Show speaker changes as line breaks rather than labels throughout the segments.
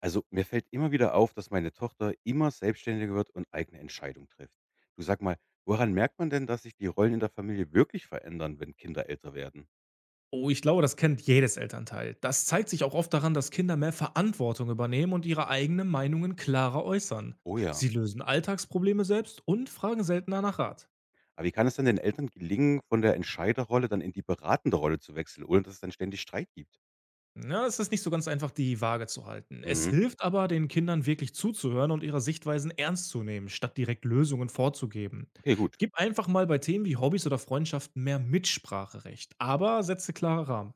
Also mir fällt immer wieder auf, dass meine Tochter immer selbstständiger wird und eigene Entscheidungen trifft. Du sag mal, woran merkt man denn, dass sich die Rollen in der Familie wirklich verändern, wenn Kinder älter werden?
Oh, ich glaube, das kennt jedes Elternteil. Das zeigt sich auch oft daran, dass Kinder mehr Verantwortung übernehmen und ihre eigenen Meinungen klarer äußern.
Oh ja.
Sie lösen Alltagsprobleme selbst und fragen seltener nach Rat.
Aber wie kann es denn den Eltern gelingen, von der Entscheiderrolle dann in die beratende Rolle zu wechseln, ohne dass es dann ständig Streit gibt?
Ja, es ist nicht so ganz einfach, die Waage zu halten. Es
Mhm.
hilft aber, den Kindern wirklich zuzuhören und ihre Sichtweisen ernst zu nehmen, statt direkt Lösungen vorzugeben.
Okay, gut.
Gib einfach mal bei Themen wie Hobbys oder Freundschaften mehr Mitspracherecht, aber setze klare Rahmen.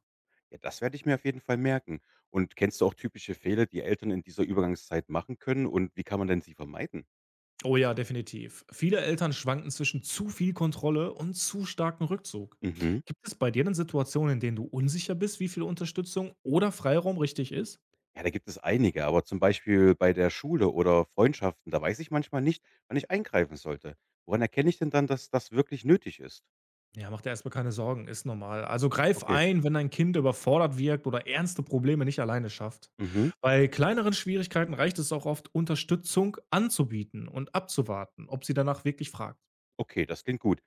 Ja, das werde ich mir auf jeden Fall merken. Und kennst du auch typische Fehler, die Eltern in dieser Übergangszeit machen können und wie kann man denn sie vermeiden?
Oh ja, definitiv. Viele Eltern schwanken zwischen zu viel Kontrolle und zu starkem Rückzug.
Mhm.
Gibt es bei dir denn Situationen, in denen du unsicher bist, wie viel Unterstützung oder Freiraum richtig ist?
Ja, da gibt es einige, aber zum Beispiel bei der Schule oder Freundschaften, da weiß ich manchmal nicht, wann ich eingreifen sollte. Woran erkenne ich denn dann, dass das wirklich nötig ist?
Ja, mach dir erstmal keine Sorgen, ist normal. Also greif
Okay,
ein, wenn dein Kind überfordert wirkt oder ernste Probleme nicht alleine schafft.
mhm,
Bei kleineren Schwierigkeiten reicht es auch oft, Unterstützung anzubieten und abzuwarten, ob sie danach wirklich fragt.
okay, das klingt gut.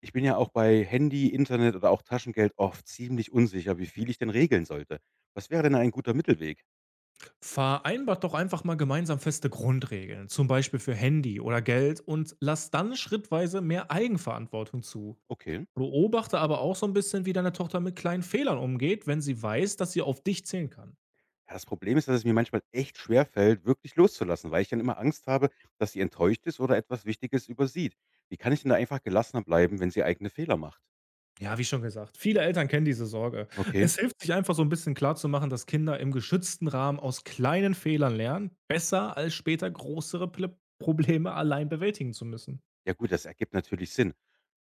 Ich bin ja auch bei Handy, Internet oder auch Taschengeld oft ziemlich unsicher, wie viel ich denn regeln sollte. Was wäre denn ein guter Mittelweg?
Vereinbart doch einfach mal gemeinsam feste Grundregeln, zum Beispiel für Handy oder Geld und lasst dann schrittweise mehr Eigenverantwortung zu.
Okay.
Beobachte aber auch so ein bisschen, wie deine Tochter mit kleinen Fehlern umgeht, wenn sie weiß, dass sie auf dich zählen kann.
Ja, das Problem ist, dass es mir manchmal echt schwer fällt, wirklich loszulassen, weil ich dann immer Angst habe, dass sie enttäuscht ist oder etwas Wichtiges übersieht. Wie kann ich denn da einfach gelassener bleiben, wenn sie eigene Fehler macht?
Ja, wie schon gesagt, viele Eltern kennen diese Sorge.
Okay.
Es hilft sich einfach so ein bisschen klarzumachen, dass Kinder im geschützten Rahmen aus kleinen Fehlern lernen, besser als später größere Probleme allein bewältigen zu müssen.
Ja gut, das ergibt natürlich Sinn.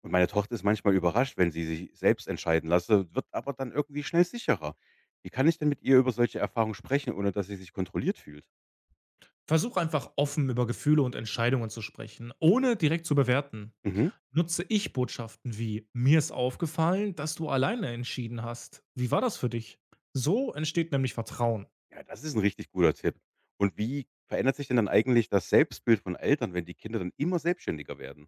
Und meine Tochter ist manchmal überrascht, wenn sie sich selbst entscheiden lasse, wird aber dann irgendwie schnell sicherer. Wie kann ich denn mit ihr über solche Erfahrungen sprechen, ohne dass sie sich kontrolliert fühlt?
Versuch einfach offen über Gefühle und Entscheidungen zu sprechen, ohne direkt zu bewerten.
Mhm.
Nutze ich Botschaften wie „Mir ist aufgefallen, dass du alleine entschieden hast. Wie war das für dich?“ So entsteht nämlich Vertrauen.
Ja, das ist ein richtig guter Tipp. Und wie verändert sich denn dann eigentlich das Selbstbild von Eltern, wenn die Kinder dann immer selbstständiger werden?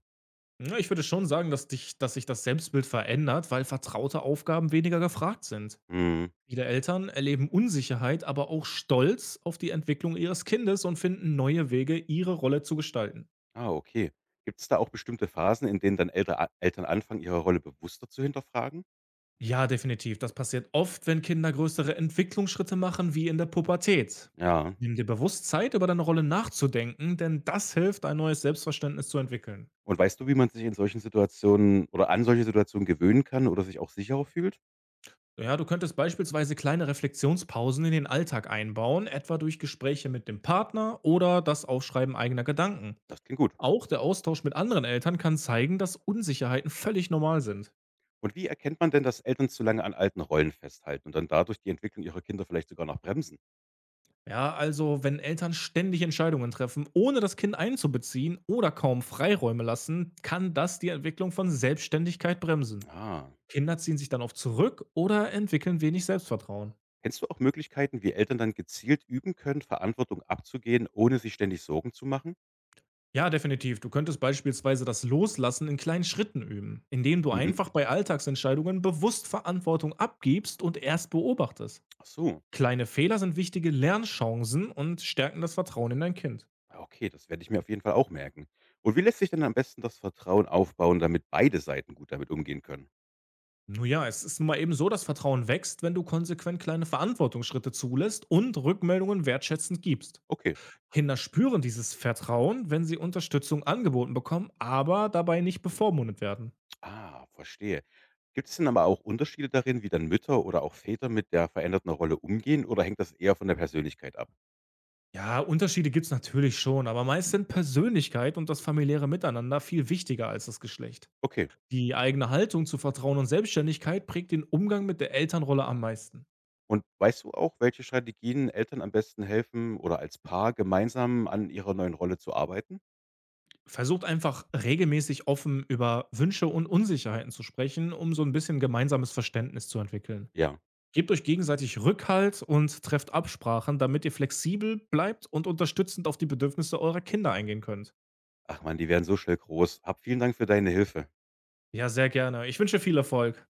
Ne, ich würde schon sagen, dass sich das Selbstbild verändert, weil vertraute Aufgaben weniger gefragt sind.
Mhm.
Viele Eltern erleben Unsicherheit, aber auch Stolz auf die Entwicklung ihres Kindes und finden neue Wege, ihre Rolle zu gestalten.
Ah, okay. Gibt es da auch bestimmte Phasen, in denen dann Eltern anfangen, ihre Rolle bewusster zu hinterfragen?
Ja, definitiv. Das passiert oft, wenn Kinder größere Entwicklungsschritte machen, wie in der Pubertät.
Ja.
Nimm dir bewusst Zeit, über deine Rolle nachzudenken, denn das hilft, ein neues Selbstverständnis zu entwickeln.
Und weißt du, wie man sich in solchen Situationen oder an solche Situationen gewöhnen kann oder sich auch sicherer fühlt?
Ja, du könntest beispielsweise kleine Reflexionspausen in den Alltag einbauen, etwa durch Gespräche mit dem Partner oder das Aufschreiben eigener Gedanken.
Das klingt gut.
Auch der Austausch mit anderen Eltern kann zeigen, dass Unsicherheiten völlig normal sind.
Und wie erkennt man denn, dass Eltern zu lange an alten Rollen festhalten und dann dadurch die Entwicklung ihrer Kinder vielleicht sogar noch bremsen?
Ja, also wenn Eltern ständig Entscheidungen treffen, ohne das Kind einzubeziehen oder kaum Freiräume lassen, kann das die Entwicklung von Selbstständigkeit bremsen.
Ah.
Kinder ziehen sich dann oft zurück oder entwickeln wenig Selbstvertrauen.
Kennst du auch Möglichkeiten, wie Eltern dann gezielt üben können, Verantwortung abzugehen, ohne sich ständig Sorgen zu machen?
Ja, definitiv. Du könntest beispielsweise das Loslassen in kleinen Schritten üben, indem du
Mhm.
einfach bei Alltagsentscheidungen bewusst Verantwortung abgibst und erst beobachtest.
Ach so.
Kleine Fehler sind wichtige Lernchancen und stärken das Vertrauen in dein Kind.
Ah, okay, das werde ich mir auf jeden Fall auch merken. Und wie lässt sich denn am besten das Vertrauen aufbauen, damit beide Seiten gut damit umgehen können?
Nun ja, es ist nun mal eben so, dass Vertrauen wächst, wenn du konsequent kleine Verantwortungsschritte zulässt und Rückmeldungen wertschätzend gibst.
Okay.
Kinder spüren dieses Vertrauen, wenn sie Unterstützung angeboten bekommen, aber dabei nicht bevormundet werden.
Ah, verstehe. Gibt es denn aber auch Unterschiede darin, wie dann Mütter oder auch Väter mit der veränderten Rolle umgehen oder hängt das eher von der Persönlichkeit ab?
Ja, Unterschiede gibt's natürlich schon, aber meist sind Persönlichkeit und das familiäre Miteinander viel wichtiger als das Geschlecht.
Okay.
Die eigene Haltung zu Vertrauen und Selbstständigkeit prägt den Umgang mit der Elternrolle am meisten.
Und weißt du auch, welche Strategien Eltern am besten helfen oder als Paar gemeinsam an ihrer neuen Rolle zu arbeiten?
Versucht einfach regelmäßig offen über Wünsche und Unsicherheiten zu sprechen, um so ein bisschen gemeinsames Verständnis zu entwickeln.
Ja.
Gebt euch gegenseitig Rückhalt und trefft Absprachen, damit ihr flexibel bleibt und unterstützend auf die Bedürfnisse eurer Kinder eingehen könnt.
Ach man, die werden so schnell groß. Hab vielen Dank für deine Hilfe.
Ja, sehr gerne. Ich wünsche viel Erfolg.